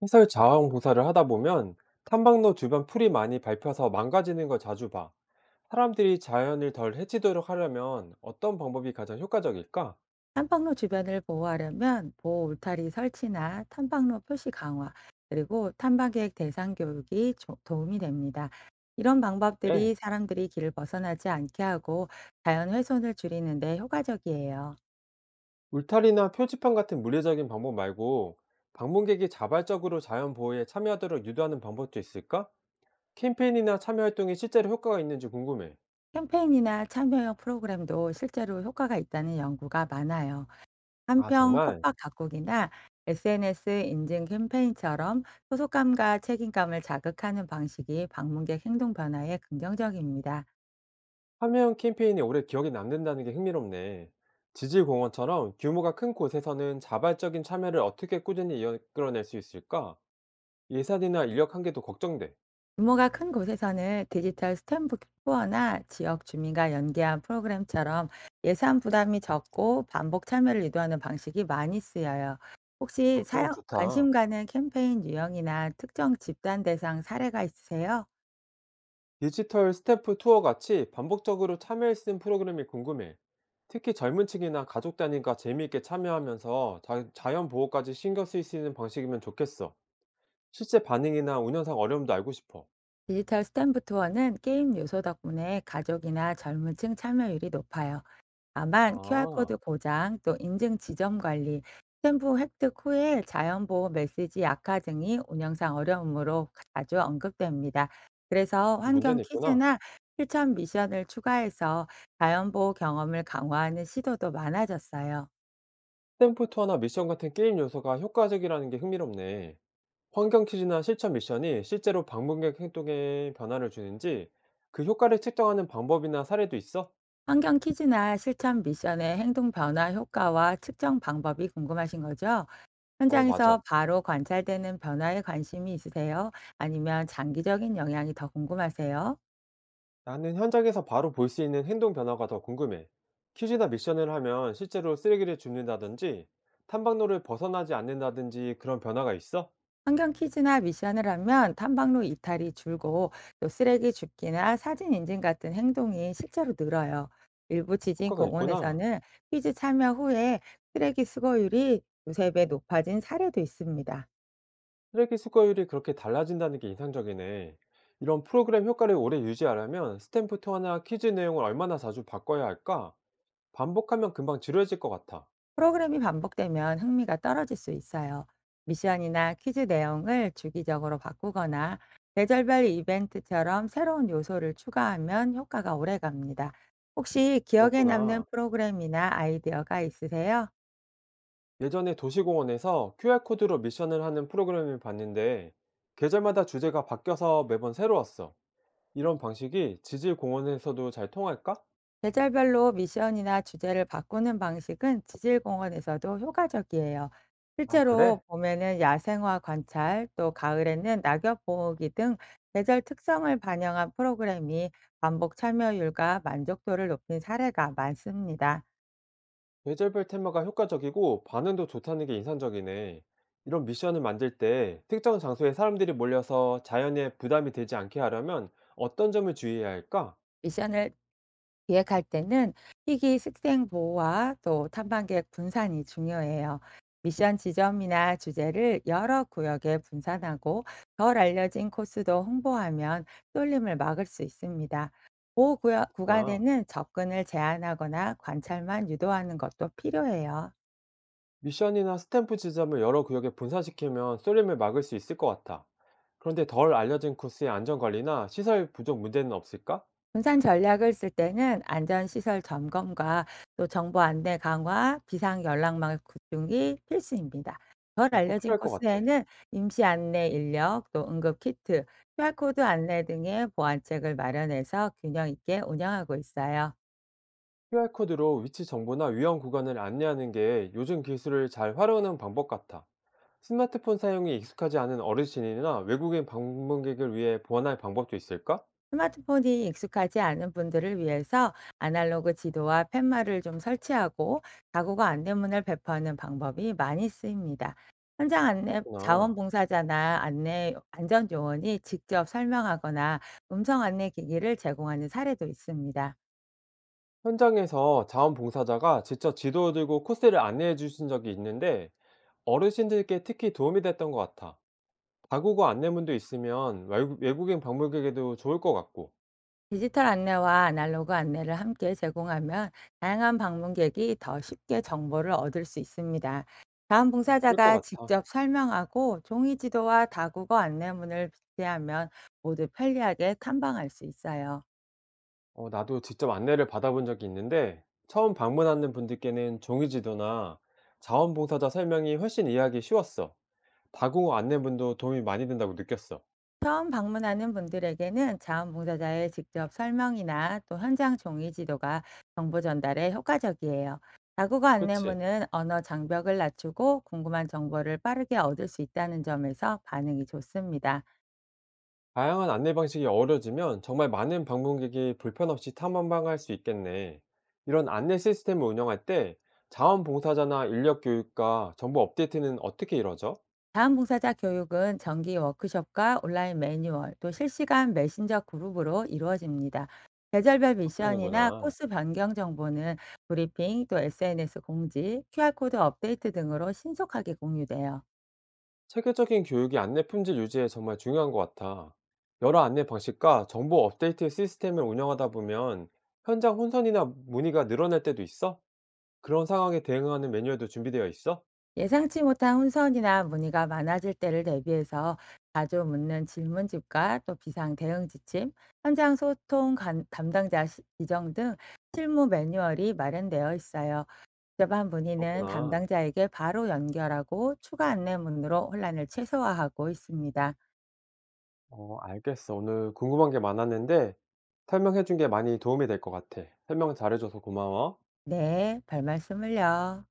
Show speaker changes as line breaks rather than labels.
해설 자원봉사를 하다 보면 탐방로 주변 풀이 많이 밟혀서 망가지는 걸 자주 봐. 사람들이 자연을 덜 해치도록 하려면 어떤 방법이 가장 효과적일까?
탐방로 주변을 보호하려면 보호 울타리 설치나 탐방로 표시 강화, 그리고 탐방객 대상 교육이 도움이 됩니다. 이런
네.
방법들이 사람들이 길을 벗어나지 않게 하고 자연 훼손을 줄이는 데 효과적이에요.
울타리나 표지판 같은 물리적인 방법 말고 방문객이 자발적으로 자연 보호에 참여하도록 유도하는 방법도 있을까? 캠페인이나 참여 활동이 실제로 효과가 있는지 궁금해.
캠페인이나 참여형 프로그램도 실제로 효과가 있다는 연구가 많아요.
아,
한편
정말?
꽃밭 가꾸기나 SNS 인증 캠페인처럼 소속감과 책임감을 자극하는 방식이 방문객 행동 변화에 긍정적입니다.
화면 캠페인이 오래 기억에 남는다는 게 흥미롭네. 지질공원처럼 규모가 큰 곳에서는 자발적인 참여를 어떻게 꾸준히 이끌어낼 수 있을까? 예산이나 인력 한계도 걱정돼.
규모가 큰 곳에서는 디지털 스탬프 투어나 지역 주민과 연계한 프로그램처럼 예산 부담이 적고 반복 참여를 유도하는 방식이 많이 쓰여요. 혹시
아, 그런 거
사용,
좋다.
관심 가는 캠페인 유형이나 특정 집단 대상 사례가 있으세요?
디지털 스태프 투어 같이 반복적으로 참여할 수 있는 프로그램이 궁금해. 특히 젊은 층이나 가족 단위가 재미있게 참여하면서 자연 보호까지 신경 쓸 수 있는 방식이면 좋겠어. 실제 반응이나 운영상 어려움도 알고 싶어.
디지털 스탬프 투어는 게임 요소 덕분에 가족이나 젊은 층 참여율이 높아요. 다만 QR코드
아,
고장, 또 인증 지점 관리, 스탬프 획득 후에 자연보호 메시지 약화 등이 운영상 어려움으로 자주 언급됩니다. 그래서
그런
환경
문제는 있구나.
퀴즈나 실천 미션을 추가해서 자연보호 경험을 강화하는 시도도 많아졌어요.
템포어나 미션 같은 게임 요소가 효과적이라는 게 흥미롭네. 환경 퀴즈나 실천 미션이 실제로 방문객 행동에 변화를 주는지 그 효과를 측정하는 방법이나 사례도 있어?
환경 퀴즈나 실천 미션의 행동 변화 효과와 측정 방법이 궁금하신 거죠?
어, 맞아.
현장에서 바로 관찰되는 변화에 관심이 있으세요? 아니면 장기적인 영향이 더 궁금하세요?
나는 현장에서 바로 볼 수 있는 행동 변화가 더 궁금해. 퀴즈나 미션을 하면 실제로 쓰레기를 줍는다든지 탐방로를 벗어나지 않는다든지 그런 변화가 있어?
환경 퀴즈나 미션을 하면 탐방로 이탈이 줄고 또 쓰레기 줍기나 사진 인증 같은 행동이 실제로 늘어요. 일부 지진
효과가 있구나.
공원에서는 퀴즈 참여 후에 쓰레기 수거율이 두세 배 높아진 사례도 있습니다.
쓰레기 수거율이 그렇게 달라진다는 게 인상적이네. 이런 프로그램 효과를 오래 유지하려면 스탬프토나 퀴즈 내용을 얼마나 자주 바꿔야 할까? 반복하면 금방 지루해질 것 같아.
프로그램이 반복되면 흥미가 떨어질 수 있어요. 미션이나 퀴즈 내용을 주기적으로 바꾸거나 계절별 이벤트처럼 새로운 요소를 추가하면 효과가 오래 갑니다. 혹시 기억에 남는
그렇구나.
프로그램이나 아이디어가 있으세요?
예전에 도시공원에서 QR코드로 미션을 하는 프로그램을 봤는데, 계절마다 주제가 바뀌어서 매번 새로웠어. 이런 방식이 지질공원에서도 잘 통할까?
계절별로 미션이나 주제를 바꾸는 방식은 지질공원에서도 효과적이에요.
아,
실제로
그래?
봄에는 야생화 관찰, 또 가을에는 낙엽 보호기 등 계절 특성을 반영한 프로그램이 반복 참여율과 만족도를 높인 사례가 많습니다.
계절별 테마가 효과적이고 반응도 좋다는 게 인상적이네. 이런 미션을 만들 때 특정 장소에 사람들이 몰려서 자연에 부담이 되지 않게 하려면 어떤 점을 주의해야 할까?
미션을 기획할 때는 희귀 식생 보호와 또 탐방객 분산이 중요해요. 미션 지점이나 주제를 여러 구역에 분산하고 덜 알려진 코스도 홍보하면 쏠림을 막을 수 있습니다. 보호 구역
나
구간에는 접근을 제한하거나 관찰만 유도하는 것도 필요해요.
미션이나 스탬프 지점을 여러 구역에 분산시키면 쏠림을 막을 수 있을 것 같아. 그런데 덜 알려진 코스의 안전관리나 시설 부족 문제는 없을까?
분산 전략을 쓸 때는 안전시설 점검과 또 정보 안내 강화, 비상 연락망 구축이 필수입니다. 덜
어, 꼭
알려진
필요할 것 같아.
코스에는 임시 안내 인력, 또 응급 키트, QR코드 안내 등의 보안책을 마련해서 균형 있게 운영하고 있어요.
QR코드로 위치 정보나 위험 구간을 안내하는 게 요즘 기술을 잘 활용하는 방법 같아. 스마트폰 사용이 익숙하지 않은 어르신이나 외국인 방문객을 위해 보완할 방법도 있을까?
스마트폰이 익숙하지 않은 분들을 위해서 아날로그 지도와 팻말을 좀 설치하고 가구가 안내문을 배포하는 방법이 많이 쓰입니다. 현장 안내
그렇구나.
자원봉사자나 안내 안전 요원이 직접 설명하거나 음성 안내 기기를 제공하는 사례도 있습니다.
현장에서 자원봉사자가 직접 지도를 들고 코스를 안내해 주신 적이 있는데 어르신들께 특히 도움이 됐던 것 같아. 다국어 안내문도 있으면 외국인 방문객에도 좋을 것 같고,
디지털 안내와 아날로그 안내를 함께 제공하면 다양한 방문객이 더 쉽게 정보를 얻을 수 있습니다. 다음
어, 그럴 것
봉사자가
같아.
직접 설명하고 종이 지도와 다국어 안내문을 비대하면 모두 편리하게 탐방할 수 있어요.
어, 나도 직접 안내를 받아본 적이 있는데 처음 방문하는 분들께는 종이 지도나 자원봉사자 설명이 훨씬 이해하기 쉬웠어. 다국어 안내문도 도움이 많이 된다고 느꼈어.
처음 방문하는 분들에게는 자원봉사자의 직접 설명이나 또 현장 종이 지도가 정보 전달에 효과적이에요. 다국어
그치.
안내문은 언어 장벽을 낮추고 궁금한 정보를 빠르게 얻을 수 있다는 점에서 반응이 좋습니다.
다양한 안내 방식이 어우러지면 정말 많은 방문객이 불편 없이 탐험방할 수 있겠네. 이런 안내 시스템을 운영할 때 자원봉사자나 인력 교육과 정보 업데이트는 어떻게 이루어져?
다음 봉사자 교육은 정기 워크숍과 온라인 매뉴얼, 또 실시간 메신저 그룹으로 이루어집니다. 계절별
그렇게
미션이나
하는구나.
코스 변경 정보는 브리핑, 또 SNS 공지, QR코드 업데이트 등으로 신속하게 공유돼요.
체계적인 교육이 안내 품질 유지에 정말 중요한 것 같아. 여러 안내 방식과 정보 업데이트 시스템을 운영하다 보면 현장 혼선이나 문의가 늘어날 때도 있어? 그런 상황에 대응하는 매뉴얼도 준비되어 있어?
예상치 못한 혼선이나 문의가 많아질 때를 대비해서 자주 묻는 질문집과 또 비상 대응 지침, 현장 담당자 지정 등 실무 매뉴얼이 마련되어 있어요. 복잡한 문의는
그렇구나.
담당자에게 바로 연결하고 추가 안내문으로 혼란을 최소화하고 있습니다.
알겠어. 오늘 궁금한 게 많았는데 설명해 준게 많이 도움이 될 것 같아. 설명 잘해 줘서 고마워.
네, 별말씀을요.